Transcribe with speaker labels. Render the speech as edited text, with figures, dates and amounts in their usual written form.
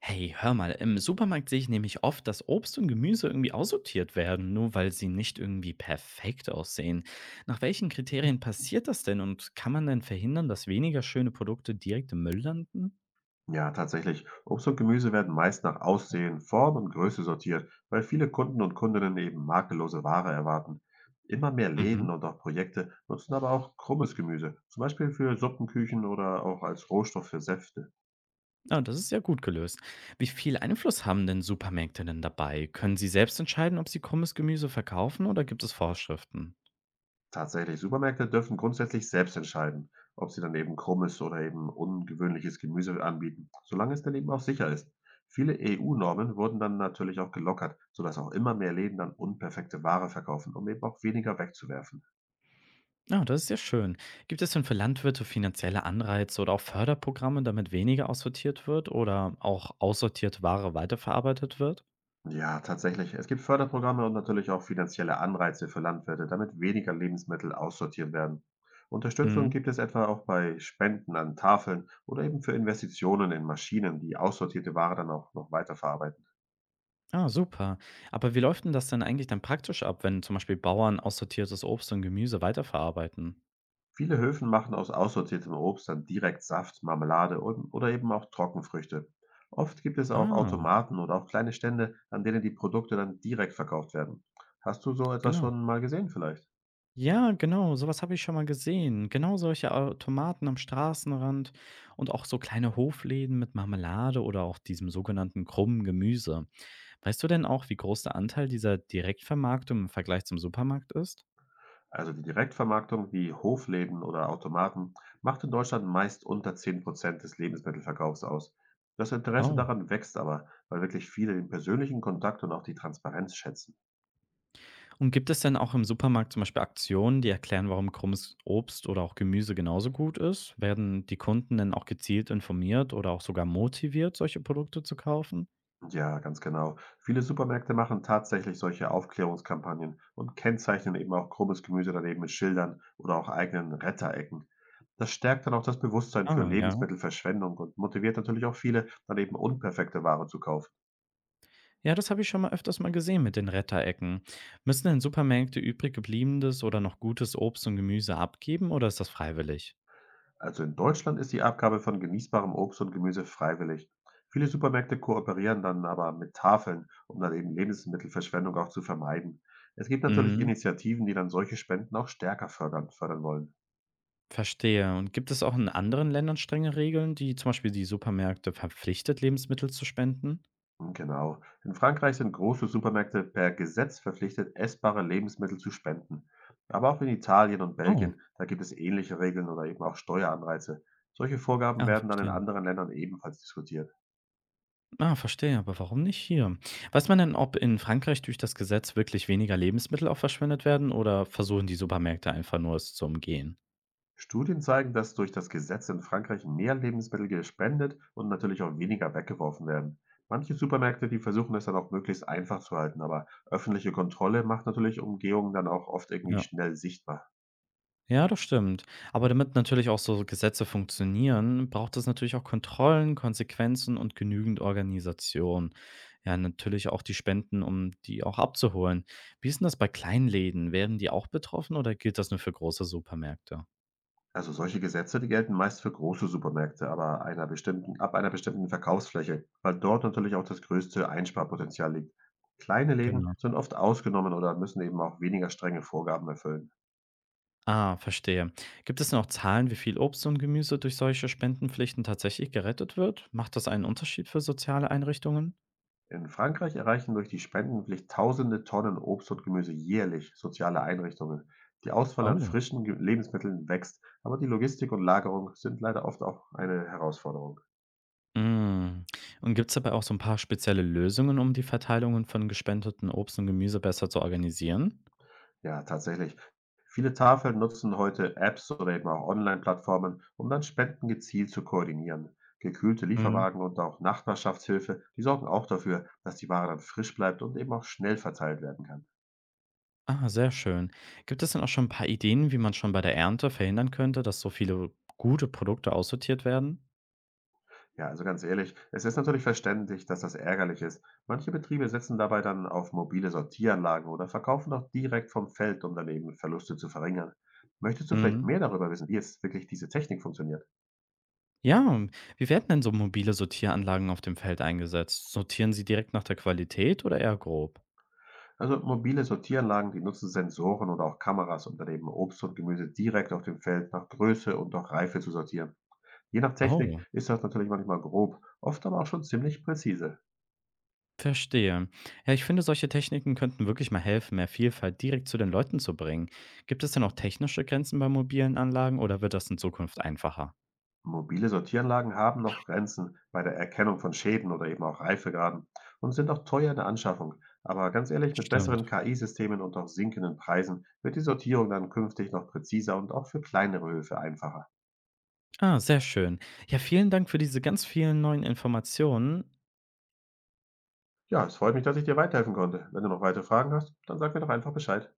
Speaker 1: Hey, hör mal, im Supermarkt sehe ich nämlich oft, dass Obst und Gemüse irgendwie aussortiert werden, nur weil sie nicht irgendwie perfekt aussehen. Nach welchen Kriterien passiert das denn und kann man denn verhindern, dass weniger schöne Produkte direkt im Müll landen?
Speaker 2: Ja, tatsächlich. Obst und Gemüse werden meist nach Aussehen, Form und Größe sortiert, weil viele Kunden und Kundinnen eben makellose Ware erwarten. Immer mehr Läden
Speaker 1: Mhm.
Speaker 2: und auch Projekte nutzen aber auch krummes Gemüse, zum Beispiel für Suppenküchen oder auch als Rohstoff für Säfte.
Speaker 1: Ah, das ist ja gut gelöst. Wie viel Einfluss haben denn Supermärkte denn dabei? Können sie selbst entscheiden, ob sie krummes Gemüse verkaufen oder gibt es Vorschriften?
Speaker 2: Tatsächlich, Supermärkte dürfen grundsätzlich selbst entscheiden, ob sie dann eben krummes oder eben ungewöhnliches Gemüse anbieten, solange es dann eben auch sicher ist. Viele EU-Normen wurden dann natürlich auch gelockert, sodass auch immer mehr Läden dann unperfekte Ware verkaufen, um eben auch weniger wegzuwerfen.
Speaker 1: Ah, das ist ja schön. Gibt es denn für Landwirte finanzielle Anreize oder auch Förderprogramme, damit weniger aussortiert wird oder auch aussortierte Ware weiterverarbeitet wird?
Speaker 2: Ja, tatsächlich. Es gibt Förderprogramme und natürlich auch finanzielle Anreize für Landwirte, damit weniger Lebensmittel aussortiert werden. Unterstützung
Speaker 1: Mhm.
Speaker 2: gibt es etwa auch bei Spenden an Tafeln oder eben für Investitionen in Maschinen, die aussortierte Ware dann auch noch weiterverarbeiten.
Speaker 1: Ah, super. Aber wie läuft denn das denn eigentlich dann praktisch ab, wenn zum Beispiel Bauern aussortiertes Obst und Gemüse weiterverarbeiten?
Speaker 2: Viele Höfen machen aus aussortiertem Obst dann direkt Saft, Marmelade und, oder eben auch Trockenfrüchte. Oft gibt es auch
Speaker 1: Ah,
Speaker 2: Automaten oder auch kleine Stände, an denen die Produkte dann direkt verkauft werden. Hast du so etwas
Speaker 1: genau.
Speaker 2: schon mal gesehen vielleicht?
Speaker 1: Ja, genau, sowas habe ich schon mal gesehen. Genau solche Automaten am Straßenrand und auch so kleine Hofläden mit Marmelade oder auch diesem sogenannten krummen Gemüse. Weißt du denn auch, wie groß der Anteil dieser Direktvermarktung im Vergleich zum Supermarkt ist?
Speaker 2: Also die Direktvermarktung wie Hofläden oder Automaten macht in Deutschland meist unter 10% des Lebensmittelverkaufs aus. Das Interesse
Speaker 1: Oh.
Speaker 2: daran wächst aber, weil wirklich viele den persönlichen Kontakt und auch die Transparenz schätzen.
Speaker 1: Und gibt es denn auch im Supermarkt zum Beispiel Aktionen, die erklären, warum krummes Obst oder auch Gemüse genauso gut ist? Werden die Kunden denn auch gezielt informiert oder auch sogar motiviert, solche Produkte zu kaufen?
Speaker 2: Ja, ganz genau. Viele Supermärkte machen tatsächlich solche Aufklärungskampagnen und kennzeichnen eben auch krummes Gemüse daneben mit Schildern oder auch eigenen Retterecken. Das stärkt dann auch das Bewusstsein für
Speaker 1: Ah, ja.
Speaker 2: Lebensmittelverschwendung und motiviert natürlich auch viele, dann eben unperfekte Ware zu kaufen.
Speaker 1: Ja, das habe ich schon mal öfters mal gesehen mit den Retterecken. Müssen denn Supermärkte übrig gebliebenes oder noch gutes Obst und Gemüse abgeben oder ist das freiwillig?
Speaker 2: Also in Deutschland ist die Abgabe von genießbarem Obst und Gemüse freiwillig. Viele Supermärkte kooperieren dann aber mit Tafeln, um dann eben Lebensmittelverschwendung auch zu vermeiden. Es gibt natürlich
Speaker 1: Mhm.
Speaker 2: Initiativen, die dann solche Spenden auch stärker fördern wollen.
Speaker 1: Verstehe. Und gibt es auch in anderen Ländern strenge Regeln, die zum Beispiel die Supermärkte verpflichtet, Lebensmittel zu spenden?
Speaker 2: Genau. In Frankreich sind große Supermärkte per Gesetz verpflichtet, essbare Lebensmittel zu spenden. Aber auch in Italien und
Speaker 1: Oh,
Speaker 2: Belgien, da gibt es ähnliche Regeln oder eben auch Steueranreize. Solche Vorgaben
Speaker 1: ah,
Speaker 2: werden dann in
Speaker 1: verstehe.
Speaker 2: anderen Ländern ebenfalls diskutiert.
Speaker 1: Ah, verstehe, aber warum nicht hier? Weiß man denn, ob in Frankreich durch das Gesetz wirklich weniger Lebensmittel auch verschwendet werden oder versuchen die Supermärkte einfach nur es zu umgehen?
Speaker 2: Studien zeigen, dass durch das Gesetz in Frankreich mehr Lebensmittel gespendet und natürlich auch weniger weggeworfen werden. Manche Supermärkte, die versuchen es dann auch möglichst einfach zu halten, aber öffentliche Kontrolle macht natürlich Umgehungen dann auch oft irgendwie
Speaker 1: Ja.
Speaker 2: schnell sichtbar.
Speaker 1: Ja, das stimmt. Aber damit natürlich auch so Gesetze funktionieren, braucht es natürlich auch Kontrollen, Konsequenzen und genügend Organisation. Ja, natürlich auch die Spenden, um die auch abzuholen. Wie ist denn das bei Kleinläden? Werden die auch betroffen oder gilt das nur für große Supermärkte?
Speaker 2: Also solche Gesetze, die gelten meist für große Supermärkte, aber ab einer bestimmten Verkaufsfläche, weil dort natürlich auch das größte Einsparpotenzial liegt. Kleine Läden
Speaker 1: Genau.
Speaker 2: sind oft ausgenommen oder müssen eben auch weniger strenge Vorgaben erfüllen.
Speaker 1: Ah, verstehe. Gibt es denn auch Zahlen, wie viel Obst und Gemüse durch solche Spendenpflichten tatsächlich gerettet wird? Macht das einen Unterschied für soziale Einrichtungen?
Speaker 2: In Frankreich erreichen durch die Spendenpflicht tausende Tonnen Obst und Gemüse jährlich soziale Einrichtungen. Die Auswahl an
Speaker 1: Oh.
Speaker 2: frischen Ge Lebensmitteln wächst, aber die Logistik und Lagerung sind leider oft auch eine Herausforderung.
Speaker 1: Mhm. Und gibt es dabei auch so ein paar spezielle Lösungen, um die Verteilungen von gespendeten Obst und Gemüse besser zu organisieren?
Speaker 2: Ja, tatsächlich. Viele Tafeln nutzen heute Apps oder eben auch Online-Plattformen, um dann Spenden gezielt zu koordinieren. Gekühlte
Speaker 1: Mhm.
Speaker 2: Lieferwagen und auch Nachbarschaftshilfe, die sorgen auch dafür, dass die Ware dann frisch bleibt und eben auch schnell verteilt werden kann.
Speaker 1: Ah, sehr schön. Gibt es denn auch schon ein paar Ideen, wie man schon bei der Ernte verhindern könnte, dass so viele gute Produkte aussortiert werden?
Speaker 2: Ja, also ganz ehrlich, es ist natürlich verständlich, dass das ärgerlich ist. Manche Betriebe setzen dabei dann auf mobile Sortieranlagen oder verkaufen auch direkt vom Feld, um dann eben Verluste zu verringern. Möchtest du vielleicht
Speaker 1: Mhm.
Speaker 2: mehr darüber wissen, wie jetzt wirklich diese Technik funktioniert?
Speaker 1: Ja, wie werden denn so mobile Sortieranlagen auf dem Feld eingesetzt? Sortieren sie direkt nach der Qualität oder eher grob?
Speaker 2: Also mobile Sortieranlagen, die nutzen Sensoren oder auch Kameras, um dann eben Obst und Gemüse direkt auf dem Feld nach Größe und auch Reife zu sortieren. Je nach Technik
Speaker 1: Oh.
Speaker 2: ist das natürlich manchmal grob, oft aber auch schon ziemlich präzise.
Speaker 1: Verstehe. Ja, ich finde, solche Techniken könnten wirklich mal helfen, mehr Vielfalt direkt zu den Leuten zu bringen. Gibt es denn auch technische Grenzen bei mobilen Anlagen oder wird das in Zukunft einfacher?
Speaker 2: Mobile Sortieranlagen haben noch Grenzen bei der Erkennung von Schäden oder eben auch Reifegraden und sind auch teuer in der Anschaffung. Aber ganz ehrlich, mit
Speaker 1: Stimmt.
Speaker 2: besseren KI-Systemen und auch sinkenden Preisen wird die Sortierung dann künftig noch präziser und auch für kleinere Höfe einfacher.
Speaker 1: Ah, sehr schön. Ja, vielen Dank für diese ganz vielen neuen Informationen.
Speaker 2: Ja, es freut mich, dass ich dir weiterhelfen konnte. Wenn du noch weitere Fragen hast, dann sag mir doch einfach Bescheid.